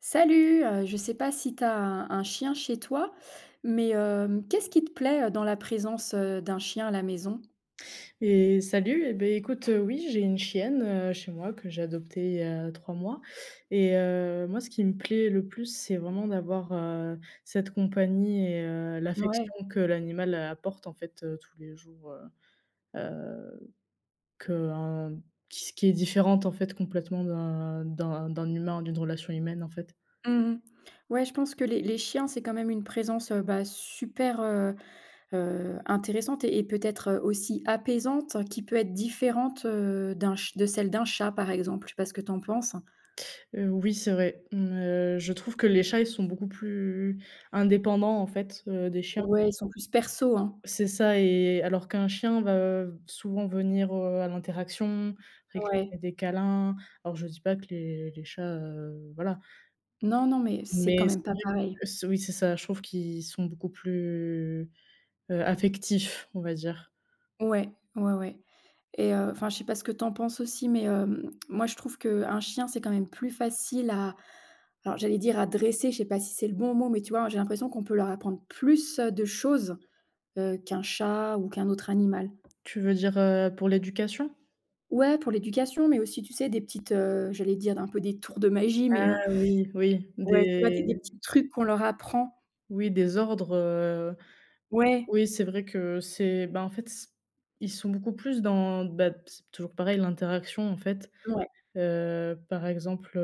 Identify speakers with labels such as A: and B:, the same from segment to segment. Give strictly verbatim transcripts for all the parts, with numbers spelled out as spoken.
A: Salut, heu, je sais pas si tu as un un chien chez toi, mais hem, qu'est-ce qui te plaît, heu, dans la présence, heu, d'un chien à la maison?
B: Et salut. Eh ben, écoute, heu, oui, j'ai une chienne, heu, chez moi, que j'ai adoptée il y a trois mois, et heu, moi, ce qui me plaît le plus, c'est vraiment d'avoir, heu, cette compagnie et heu,
A: Ouais.
B: l'affection que l'animal apporte, en fait, heu, tous les jours, heu heu, qu'un qui s qui est différente, en fait, complètement d'un d'un d'un humain, d'une relation humaine, en fait.
A: Mmh. Ouais, je pense que les les chiens, c'est quand même une présence, heu, bah, super, heu heu, intéressante et et peut-être, heu, aussi apaisante, hein, qui peut être différente, heu, d'un ch de celle d'un chat, par exemple. Je sais pas ce que tu en penses?
B: Heu, oui, c'est vrai. mmh, heu, je trouve que les chats, ils sont beaucoup plus indépendants, en fait, heu, des chiens.
A: Ouais, ils sont plus perso, hein?
B: C'est ça, et alors qu'un chien va souvent venir, heu, à l'interaction,
A: Ouais.
B: réclamer des câlins. Alors je dis pas que les les chats, heu, voilà,
A: Non, non, mais c'est quand
B: mais
A: même
B: c'est
A: pas
B: vrai
A: pareil.
B: que c oui, c'est ça, je trouve qu'ils sont beaucoup plus, heu, affectifs, on va dire.
A: Ouais, ouais, ouais. Et heu, enfin, je sais pas ce que t'en penses aussi, mais hem, moi, je trouve qu'un chien, c'est quand même plus facile à alors j'allais dire à dresser, je sais pas si c'est le bon mot, mais tu vois, j'ai l'impression qu'on peut leur apprendre plus, de choses, heu, qu'un chat ou qu'un autre animal.
B: Tu veux dire, heu, pour l'éducation?
A: Ouais, pour l'éducation, mais aussi, tu sais, des petites, heu, j'allais dire un peu des tours de magie, mais
B: Ah
A: heu,
B: oui, oui,
A: ouais, tu vois, des des
B: des
A: petits trucs qu'on leur apprend.
B: oui, des ordres, heu,
A: Ouais,
B: oui, c'est vrai que c'est bah, en fait, c ils sont beaucoup plus dans bah, c'est toujours pareil, l'interaction, en fait.
A: ouais.
B: Heu, par exemple,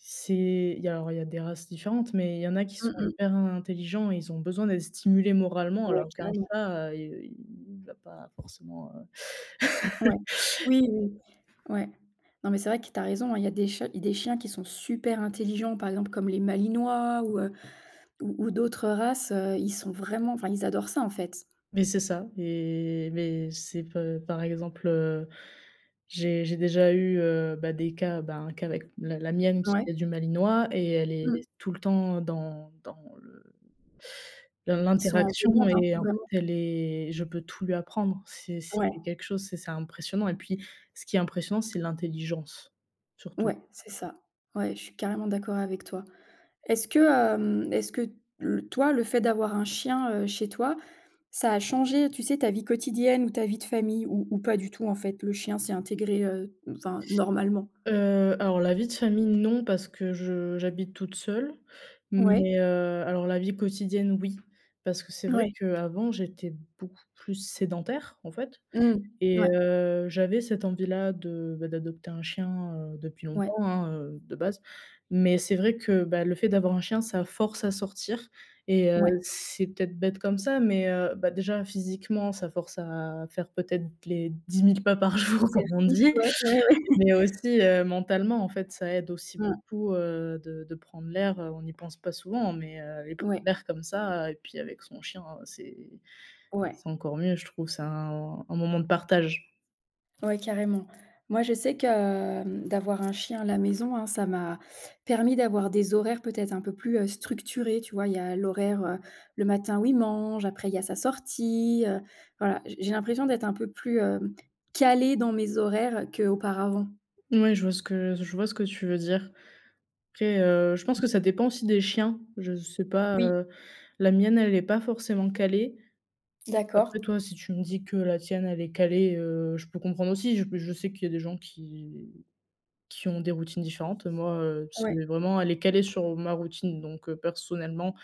B: C'est il y a alors il y a des races différentes, mais il y en a qui
A: Mmh
B: sont
A: mh.
B: hyper intelligents et ils ont besoin d'être stimulés moralement,
A: Ouais,
B: alors qu'un
A: carrément.
B: chat, heu, i il va pas forcément, heu
A: Ouais. Oui, oui. Ouais. Non, mais c'est vrai que tu as raison, hein, il y a des chats des chiens qui sont super intelligents, par exemple comme les malinois ou, heu, ou ou d'autres races, heu, ils sont vraiment enfin, ils adorent ça, en fait.
B: Mais c'est ça, et mais c'est pe par exemple, heu, j'ai j'ai déjà eu, heu, bah, des cas, bah, un cas avec la la mienne qui
A: Ouais.
B: est du malinois, et elle est
A: Mmh.
B: tout le temps dans dans le L'in
A: Ils sont en
B: l'interaction
A: demande, hein,
B: est en
A: vraiment.
B: fait. Elle est je peux tout lui apprendre. C'est c'est
A: Ouais,
B: quelque chose, c'est c'est impressionnant, et puis ce qui est impressionnant, c'est l'intelligence, surtout.
A: ouais, c'est ça. Ouais, je suis carrément d'accord avec toi. Est-ce que, hem, est-ce que le toi, le fait d'avoir un chien, heu, chez toi, ça a changé, tu sais, ta vie quotidienne ou ta vie de famille ou ou pas du tout, en fait? Le chien s'est intégré, heu, enfin, normalement?
B: Heu, alors la vie de famille, non, parce que je j'habite toute seule,
A: Ouais,
B: mais, heu, alors la vie quotidienne, oui, parce que c'est vrai
A: ouais.
B: qu'avant, j'étais beaucoup plus sédentaire, en fait.
A: Mmh.
B: Et
A: Ouais,
B: heu, j'avais cette envie-là de, bah, d'adopter un chien, heu, depuis
A: ouais,
B: longtemps, hein, heu, de base. Mais c'est vrai que, bah, le fait d'avoir un chien, ça force à sortir, et heu,
A: ouais.
B: c'est peut-être bête comme ça, mais heu, bah, déjà physiquement, ça force à faire peut-être les dix mille pas par jour comme on
A: Exercice,
B: dit,
A: ouais, ouais, ouais.
B: mais aussi, heu, mentalement, en fait, ça aide aussi
A: Mmh,
B: beaucoup, heu, de de prendre l'air. Heu, on n'y pense pas souvent, mais heu, aller prendre
A: ouais,
B: l'air comme ça et puis avec son chien, c'est
A: ouais,
B: c'est encore mieux, je trouve. C'est un un moment de partage.
A: ouais, carrément. Moi, je sais que, hem, d'avoir un chien à la maison, hein, ça m'a permis d'avoir des horaires peut-être un peu plus, heu, structurés, tu vois? Il y a l'horaire, heu, le matin où il mange, après il y a sa sortie, heu, voilà. J j'ai l'impression d'être un peu plus, hem, calée dans mes horaires qu'auparavant.
B: Ouais, je vois ce que je vois ce que tu veux dire. Après, heu, je pense que ça dépend aussi des chiens. Je sais pas,
A: Oui,
B: heu, la mienne, elle est pas forcément calée.
A: d'accord.
B: Après, toi, si tu me dis que la tienne, elle est calée, heu, je peux comprendre aussi. Je je sais qu'il y a des gens qui qui ont des routines différentes. Moi, heu,
A: Ouais,
B: c'est vraiment elle est calée sur ma routine, donc heu, personnellement,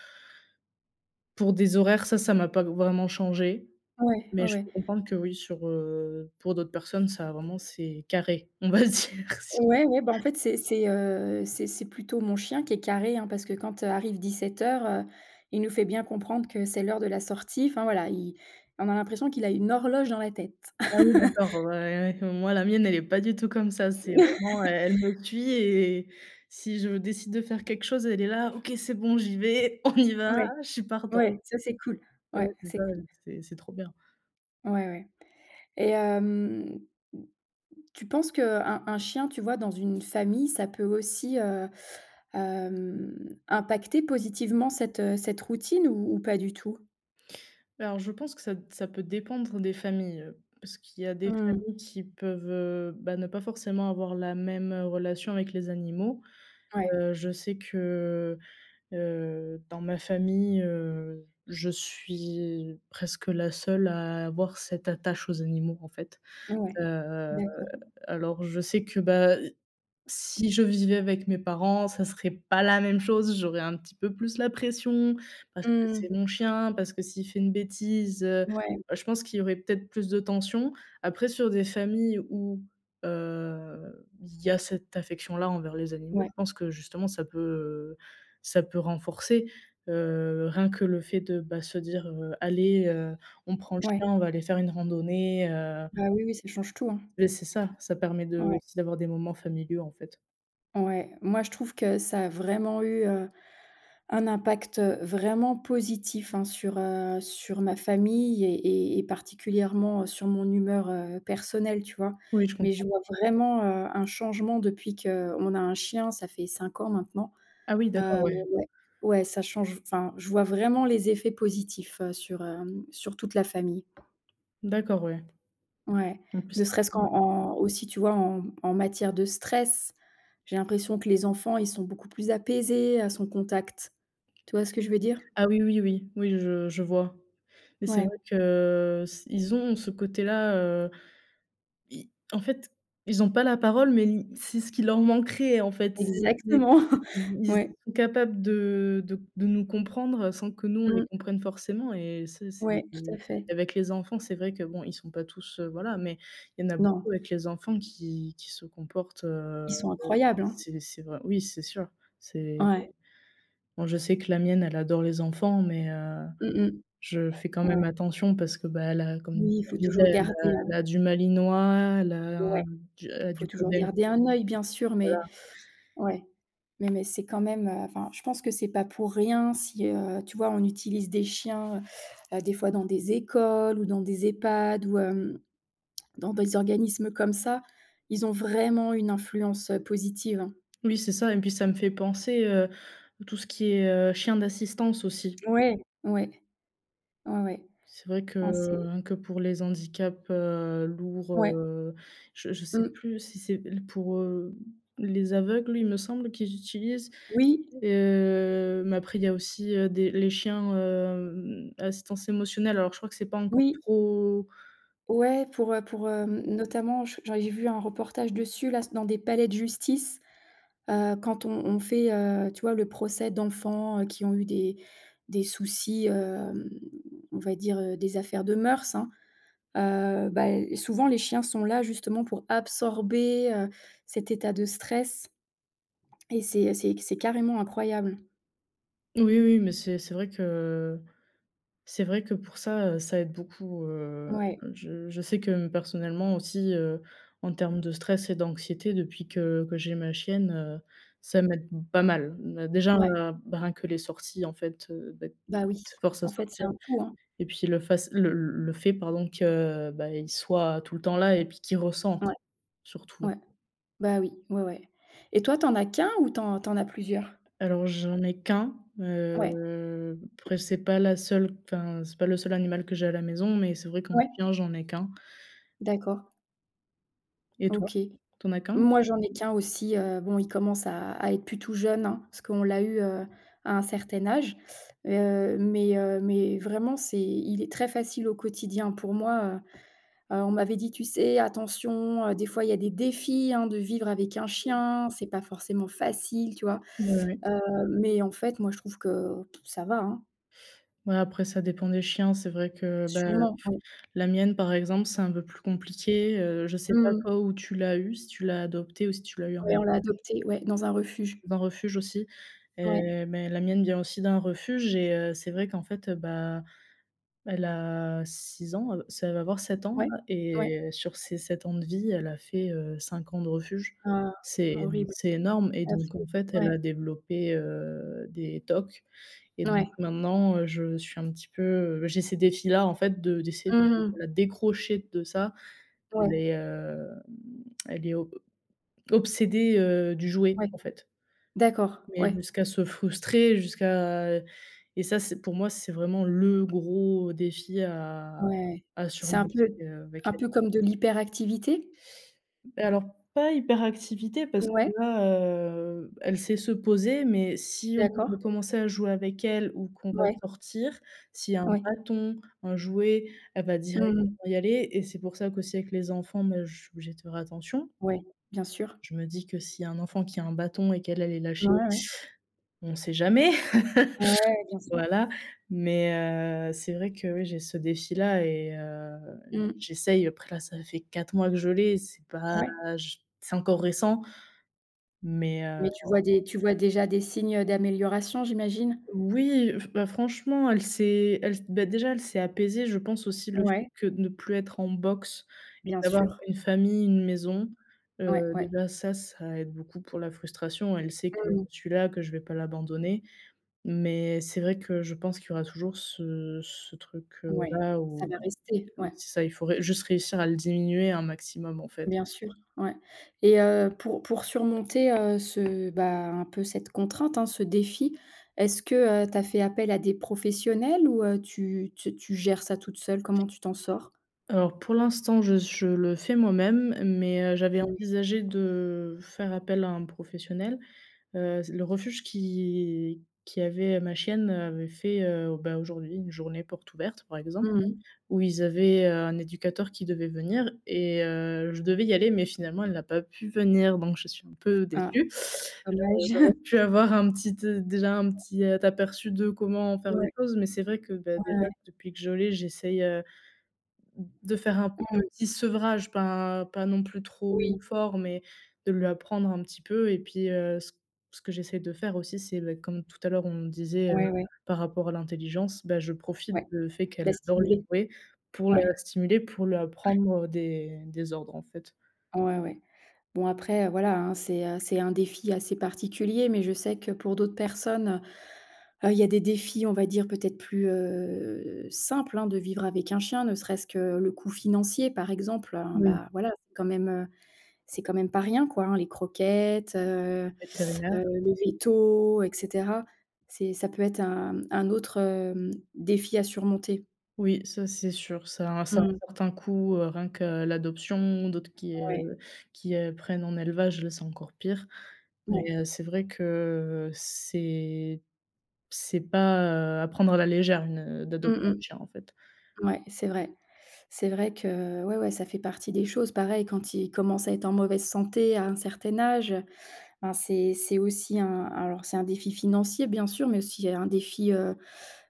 B: pour des horaires, ça, ça m'a pas vraiment changé.
A: ouais, ouais,
B: Mais je
A: ouais.
B: peux comprendre que oui, sur, heu, pour d'autres personnes, ça, vraiment, c'est carré, on va dire si…
A: Ouais, ouais, bah, en fait, c'est c'est, heu, c'est c'est plutôt mon chien qui est carré, hein, parce que quand, heu, arrive dix-sept heures, heu, il nous fait bien comprendre que c'est l'heure de la sortie. Enfin voilà, il on a l'impression qu'il a une horloge dans la tête.
B: Ah oui, d'accord, ouais, ouais, ouais. Moi, la mienne, elle est pas du tout comme ça. C'est vraiment, elle elle me suit, et si je décide de faire quelque chose, elle est là: «OK, c'est bon, j'y vais, on y va,
A: Ouais,
B: je suis partant».
A: ouais, ça c'est cool.
B: Ouais,
A: Ouais,
B: c'est
A: c'est
B: ça,
A: cool.
B: c'est c'est trop bien.
A: Ouais, ouais et hem, tu penses que un un chien, tu vois, dans une famille, ça peut aussi, heu, hem, impacter positivement cette, heu, cette routine ou ou pas du tout?
B: Alors, je pense que ça ça peut dépendre des familles, heu, parce qu'il y a des
A: Mmh.
B: familles qui peuvent, heu, bah, ne pas forcément avoir la même relation avec les animaux.
A: Ouais,
B: Heu, je sais que Heu, dans ma famille, heu, je suis presque la seule à avoir cette attache aux animaux, en fait.
A: ouais.
B: Heu,
A: D'accord.
B: alors je sais que, bah, si je vivais avec mes parents, ça serait pas la même chose, j'aurais un petit peu plus la pression, parce que c'est
A: Mmh.
B: mon chien, parce que s'il fait une bêtise, heu,
A: Ouais,
B: je pense qu'il y aurait peut-être plus de tension. Après sur des familles où, heu, il y a cette affection-là envers les animaux,
A: ouais,
B: je pense que justement ça peut, heu, ça peut renforcer, heu, rien que le fait de, bah, se dire, heu: «Allez, heu, on prend le
A: ouais.
B: chien, on va aller faire une randonnée», heu,
A: Bah, oui, oui, ça change tout, hein.
B: beh, c'est ça, ça permet de
A: Ouais,
B: aussi d'avoir des moments familiaux, en fait.
A: ouais. Moi, je trouve que ça a vraiment eu, heu, un impact, vraiment positif, hein, sur, heu, sur ma famille et et et particulièrement, heu, sur mon humeur, heu, personnelle, tu vois?
B: Oui, je…
A: Mais je vois vraiment, heu, un changement depuis qu'on a un chien, ça fait cinq ans maintenant.
B: Ah oui, d'accord,
A: Heu,
B: ouais.
A: ouais, ouais, ça change enfin, je vois vraiment les effets positifs, heu, sur, hem, sur toute la famille.
B: D'accord, ouais.
A: Ouais,
B: En
A: ne
B: plus…
A: serait-ce qu'en en aussi, tu vois, en en matière de stress, j'ai l'impression que les enfants, ils sont beaucoup plus apaisés à son contact. Tu vois ce que je veux dire?
B: Ah oui, oui, oui. Oui, je je vois. Mais c'est
A: Ouais,
B: vrai que s ils ont ce côté-là, heu, i en fait, ils n'ont pas la parole, mais li c'est ce qui leur manquerait, en fait. C'est c'est
A: exactement.
B: ils ils
A: Ouais,
B: sont capables de de de nous comprendre sans que nous, on les
A: mmh,
B: comprenne forcément, et ça, c'est…
A: ouais, tout à fait.
B: avec les enfants, c'est vrai que bon, ils sont pas tous, heu, voilà, mais il y en a
A: Non,
B: beaucoup avec les enfants qui qui se comportent, heu,
A: ils sont incroyables, hein.
B: c'est c'est vrai, oui, c'est sûr. C'est…
A: Ouais.
B: Bon, je sais que la mienne, elle adore les enfants, mais heu,
A: Mmh mh.
B: je fais quand même
A: Ouais.
B: attention parce que, bah, elle a comme
A: Oui, il faut
B: je
A: toujours
B: disais, elle a
A: garder un
B: elle a du malinois, elle a un
A: ouais,
B: du elle a
A: il faut
B: du
A: toujours
B: poodle,
A: garder un œil, bien sûr, mais
B: voilà.
A: ouais. Mais mais c'est quand même, heu, enfin, je pense que c'est pas pour rien si, heu, tu vois, on utilise des chiens, heu, des fois dans des écoles ou dans des EHPAD ou, hem, dans des organismes comme ça. Ils ont vraiment une influence, heu, positive, hein.
B: Oui, c'est ça, et puis ça me fait penser, heu, tout ce qui est, heu, chien d'assistance aussi.
A: Ouais. Ouais, ouais, ouais.
B: C'est vrai
A: Enfin,
B: que
A: c'est
B: rien que pour les handicaps, heu, lourds,
A: ouais,
B: heu, je je sais
A: mmh,
B: plus si c'est l pour, heu, les aveugles, il me semble qu'ils utilisent…
A: oui,
B: Heu, mais après il y a aussi, heu, des les chiens, hem, assistance émotionnelle. Alors je crois que c'est pas encore
A: oui,
B: trop…
A: ouais, pour, heu, pour, hem, notamment, je j'en j'ai vu un reportage dessus là, dans des palais de justice. Heu, quand on on fait, heu, tu vois, le procès d'enfants, heu, qui ont eu des des soucis, hem, on va dire, heu, des affaires de mœurs, hein, heu, bah, souvent les chiens sont là justement pour absorber, heu, cet état de stress et c'est c'est c'est carrément incroyable.
B: oui, oui, mais c'est c'est vrai que c'est vrai que pour ça, heu, ça aide beaucoup, heu,
A: Ouais,
B: je je sais que personnellement aussi, heu, en termes de stress et d'anxiété depuis que que j'ai ma chienne, heu, ça m'aide pas mal. Bah, déjà,
A: ouais,
B: heu, bah, rien que les sorties, en fait, heu, bah,
A: bah, oui.
B: ça force à
A: En fait, c'est
B: sortir.
A: un tout, hein.
B: Et puis le fac le le fait, pardon, que, euh, bah, il soit tout le temps là, et puis qu'il ressente,
A: Ouais,
B: surtout.
A: ouais, bah, oui, ouais, ouais. Et toi, t'en as qu'un ou t'en t'en as plusieurs?
B: Alors j'en ai qu'un,
A: Ouais,
B: heu, après c'est pas la seule enfin, c'est pas le seul animal que j'ai à la maison, mais c'est vrai qu'en
A: ouais,
B: chien, j'en ai qu'un.
A: d'accord,
B: Et toi?
A: OK.
B: T'en as qu'un aussi?
A: Moi, j'en ai qu'un aussi, heu, bon, il commence à à être plus tout jeune, hein, parce qu'on l'a eu, heu, à un certain âge, heu, mais heu, mais vraiment, c'est il est très facile au quotidien pour moi, heu, heu, on m'avait dit: «Tu sais, attention, heu, des fois, il y a des défis, hein, de vivre avec un chien, c'est pas forcément facile», tu vois?
B: Ouais, ouais.
A: Heu, mais en fait, moi, je trouve que ça va, hein,
B: Ouais, après ça dépend des chiens, c'est vrai que, bah,
A: sûrement, ouais.
B: la mienne par exemple, c'est un peu plus compliqué, heu, je sais pas
A: Mmh.
B: toi où tu l'as eu, si tu l'as adopté ou si tu l'as eu en…
A: Ouais, on l'a adopté, ouais, dans un refuge.
B: dans un refuge aussi,
A: Ouais,
B: heu, mais la mienne vient aussi d'un refuge, et heu, c'est vrai qu'en fait, heu, bah, elle a six ans, heu, ça va avoir sept ans
A: ouais,
B: là,
A: ouais.
B: et sur ses sept ans de vie, elle a fait, heu, cinq ans de refuge.
A: Ah,
B: C'est
A: horrible,
B: c'est énorme, et donc
A: affreux.
B: en fait, elle
A: Ouais,
B: a développé, heu, des tok, et donc
A: ouais.
B: maintenant, heu, je suis un petit peu, heu, j'ai ces défis-là en fait de d'essayer de
A: Mmh.
B: la décrocher de ça. Elle
A: Ouais,
B: est, hem, elle est ob obsédée, heu, du jouet,
A: ouais,
B: en fait.
A: d'accord,
B: Mais
A: ouais,
B: jusqu'à se frustrer, jusqu'à… et ça, c'est pour moi, c'est vraiment le gros défi à
A: ouais.
B: à
A: C'est un
B: surmonter,
A: peu
B: heu, avec
A: un
B: elle.
A: peu comme de l'hyperactivité?
B: Alors, pas hyperactivité parce que
A: Ouais,
B: là, heu, elle sait se poser, mais si on veut
A: d'accord,
B: commencer à jouer avec elle ou qu'on va
A: ouais,
B: sortir, s'il y a un
A: ouais.
B: bâton, un jouet, elle va directement
A: Mmh.
B: y aller, et c'est pour ça qu'aussi avec les enfants, bah, je suis obligée de faire attention.
A: Ouais, bien sûr.
B: Je me dis que s'il y a un enfant qui a un bâton et qu'elle, elle est
A: Ouais,
B: lâchée,
A: ouais.
B: on sait jamais.
A: Ouais, bien sûr.
B: Voilà, mais heu, c'est vrai que oui, j'ai ce défi-là et heu,
A: Mmh,
B: j'essaye. Après là, ça fait quatre mois que je l'ai, c'est pas…
A: ouais.
B: j c'est encore récent, mais
A: Mais
B: heu,
A: tu vois des tu vois déjà des signes, d'amélioration, j'imagine?
B: oui, f bah, franchement, elle s'est elle s bah, déjà, elle s'est apaisée. Je pense aussi le fait
A: Ouais,
B: que de ne plus être en box et
A: bien
B: d'avoir
A: sûr.
B: une famille, une maison,
A: Ouais,
B: heu,
A: ouais.
B: déjà ça, ça aide beaucoup pour la frustration. Elle sait que je
A: Mmh.
B: suis là, que je vais pas l'abandonner, mais c'est vrai que je pense qu'il y aura toujours ce ce truc, heu,
A: Ouais,
B: là
A: ça
B: où…
A: va rester,
B: Oui,
A: ouais.
B: c'est ça, il faut ré juste réussir à le diminuer un maximum, en fait.
A: Bien sûr, ouais et heu, pour pour surmonter, heu, ce bah, un peu cette contrainte, hein, ce défi, est-ce que, heu, tu as fait appel à des professionnels ou heu, tu tu tu gères ça toute seule? Comment tu t'en sors?
B: Alors pour l'instant, je je le fais moi-même, mais heu, j'avais
A: Oui.
B: envisagé de faire appel à un professionnel. Heu, le refuge qui qui avait ma chienne avait fait, heu, bah, aujourd'hui une journée porte ouverte, par exemple,
A: Mmh.
B: où ils avaient, heu, un éducateur qui devait venir, et heu, je devais y aller, mais finalement elle n'a pas pu venir, donc je suis un peu
A: Ah,
B: déçue.
A: dommage.
B: Puis avoir un petit, heu, déjà un petit, heu, aperçu de comment faire les
A: Ouais,
B: choses, mais c'est vrai que, bah,
A: ouais,
B: déjà
A: ouais.
B: depuis que je l'ai, j'essaye, heu, de faire un
A: Mmh.
B: petit sevrage, pas pas non plus
A: Oui.
B: trop fort, mais de lui apprendre un petit peu, et puis, heu, ce ce que j'essaie de faire aussi, c'est, bah, comme tout à l'heure on disait, heu,
A: Ouais, ouais,
B: par rapport à l'intelligence, bah, je profite
A: ouais.
B: de fait qu'elle
A: La
B: adore les
A: stimuler.
B: jouets pour la
A: Ouais,
B: stimuler, pour lui apprendre, euh, des des ordres, en fait.
A: ouais, ouais. Bon après, heu, voilà, hein, c'est, heu, c'est un défi assez particulier, mais je sais que pour d'autres personnes, heu, il y a des défis, on va dire, peut-être plus, heu, simples, hein, de vivre avec un chien, ne serait-ce que le coût financier, par exemple, hein,
B: Oui,
A: bah, voilà, c'est quand même, heu, c'est quand même pas rien, quoi, hein, les croquettes, heu
B: vétérinaire.
A: heu, le véto et cetera. C'est ça peut être un un autre, hem, défi à surmonter.
B: Oui, ça c'est sûr, ça a un ça a
A: Mmh.
B: un certain coût, heu, rien que l'adoption, d'autres qui,
A: Ouais,
B: heu, qui, heu, prennent en élevage, là, c'est encore pire. Mais,
A: ouais.
B: heu, c'est vrai que c'est c'est pas, heu, à prendre à la légère, une,
A: Mmh
B: d'adopter un
A: mh.
B: chien, en fait.
A: Ouais, c'est vrai. C'est vrai que ouais, ouais, ça fait partie des choses. Pareil, quand ils commencent à être en mauvaise santé à un certain âge, ben, c'est c'est aussi un alors c'est un défi financier bien sûr, mais aussi un défi, heu,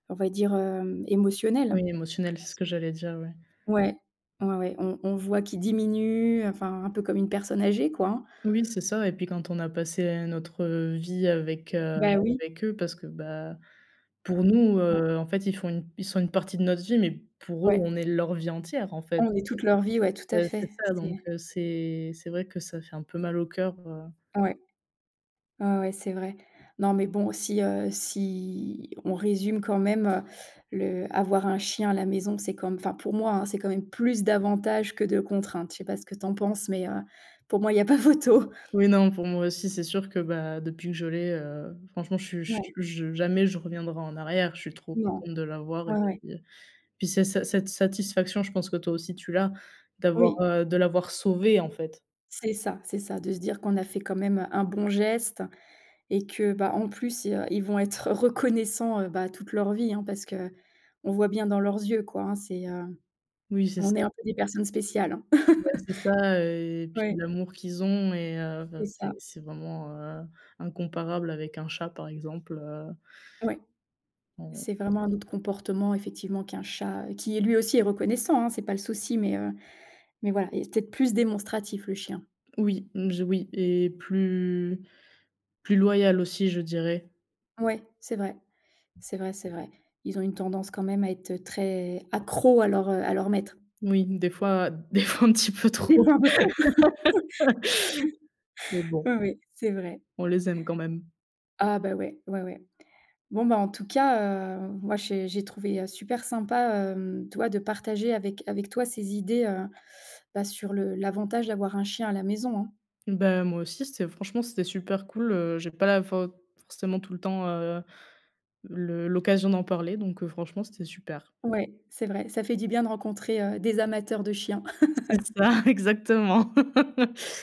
A: on va dire, hem, émotionnel.
B: Oui, émotionnel, c'est ce que j'allais dire, ouais.
A: Ouais, ouais, ouais, on on voit qu'ils diminuent, enfin un peu comme une personne âgée quoi, hein.
B: Oui, c'est ça, et puis quand on a passé notre vie avec, heu,
A: Bah oui,
B: avec eux, parce que, bah, pour nous,
A: ouais,
B: heu, en fait, ils font une ils sont une partie de notre vie, mais pour eux,
A: ouais.
B: on est leur vie entière, en fait.
A: On est toute leur vie, ouais, tout à
B: Heu, c'est
A: fait.
B: ça, donc
A: C'est
B: heu, c'est c'est vrai que ça fait un peu mal au cœur, heu.
A: ouais. Ouais, ouais, c'est vrai. Non, mais bon, si, heu, si on résume quand même, heu, le avoir un chien à la maison, c'est comme enfin pour moi, hein, c'est quand même plus d'avantages que de contraintes. Je sais pas ce que t'en penses, mais, heu, pour moi, il y a pas photo.
B: Oui, non, pour moi aussi, c'est sûr que, bah, depuis que je l'ai, heu, franchement, je suis
A: Ouais,
B: je je jamais je reviendrai en arrière. Je suis trop
A: non,
B: contente de l'avoir, et
A: ouais, ouais.
B: puis, heu, puis c'est ce cette satisfaction, je pense que toi aussi tu l'as, d'avoir,
A: Oui,
B: heu, de l'avoir sauvé, en fait.
A: c'est ça, c'est ça, de se dire qu'on a fait quand même, un bon geste et que, bah, en plus, heu, ils vont être reconnaissants, heu, bah, toute leur vie, hein, parce que on voit bien dans leurs yeux, quoi, hein, c'est, heu,
B: Oui, c'est
A: on est
B: ça,
A: un peu des personnes spéciales, hein.
B: bah, c'est ça, et puis
A: Ouais,
B: l'amour qu'ils ont, et heu, enfin,
A: c'est ça.
B: c'est c'est vraiment, heu, incomparable avec un chat, par exemple, heu,
A: Ouais.
B: on…
A: C'est vraiment un autre comportement effectivement qu'un chat, heu, qui lui aussi est reconnaissant, hein, c'est pas le souci, mais heu, mais voilà, il est peut-être plus démonstratif le chien.
B: oui, je… oui, et plus… Plus loyal aussi, je dirais.
A: Ouais, c'est vrai. C'est vrai, c'est vrai. Ils ont une tendance quand même à être, euh, très accros à leur, heu, à leur maître.
B: Oui, des fois des fois un petit peu
A: Des
B: trop,
A: fois un peu trop.
B: mais bon,
A: Oui, oui, c'est vrai.
B: on les aime quand même.
A: Ah bah, ouais, ouais, ouais. Bon, bah, en tout cas, heu, moi j'ai j'ai trouvé, heu, super sympa, hem, tu vois, de partager avec avec toi ces idées, heu, bah, sur le l'avantage d'avoir un chien à la maison, hein.
B: Bah, moi aussi, c'était franchement, c'était super cool, heu, j'ai pas la for forcément tout le temps, heu, le l'occasion d'en parler, donc heu, franchement, c'était super.
A: Ouais, c'est vrai, ça fait du bien de rencontrer, heu, des amateurs de chiens.
B: C'est ça, exactement.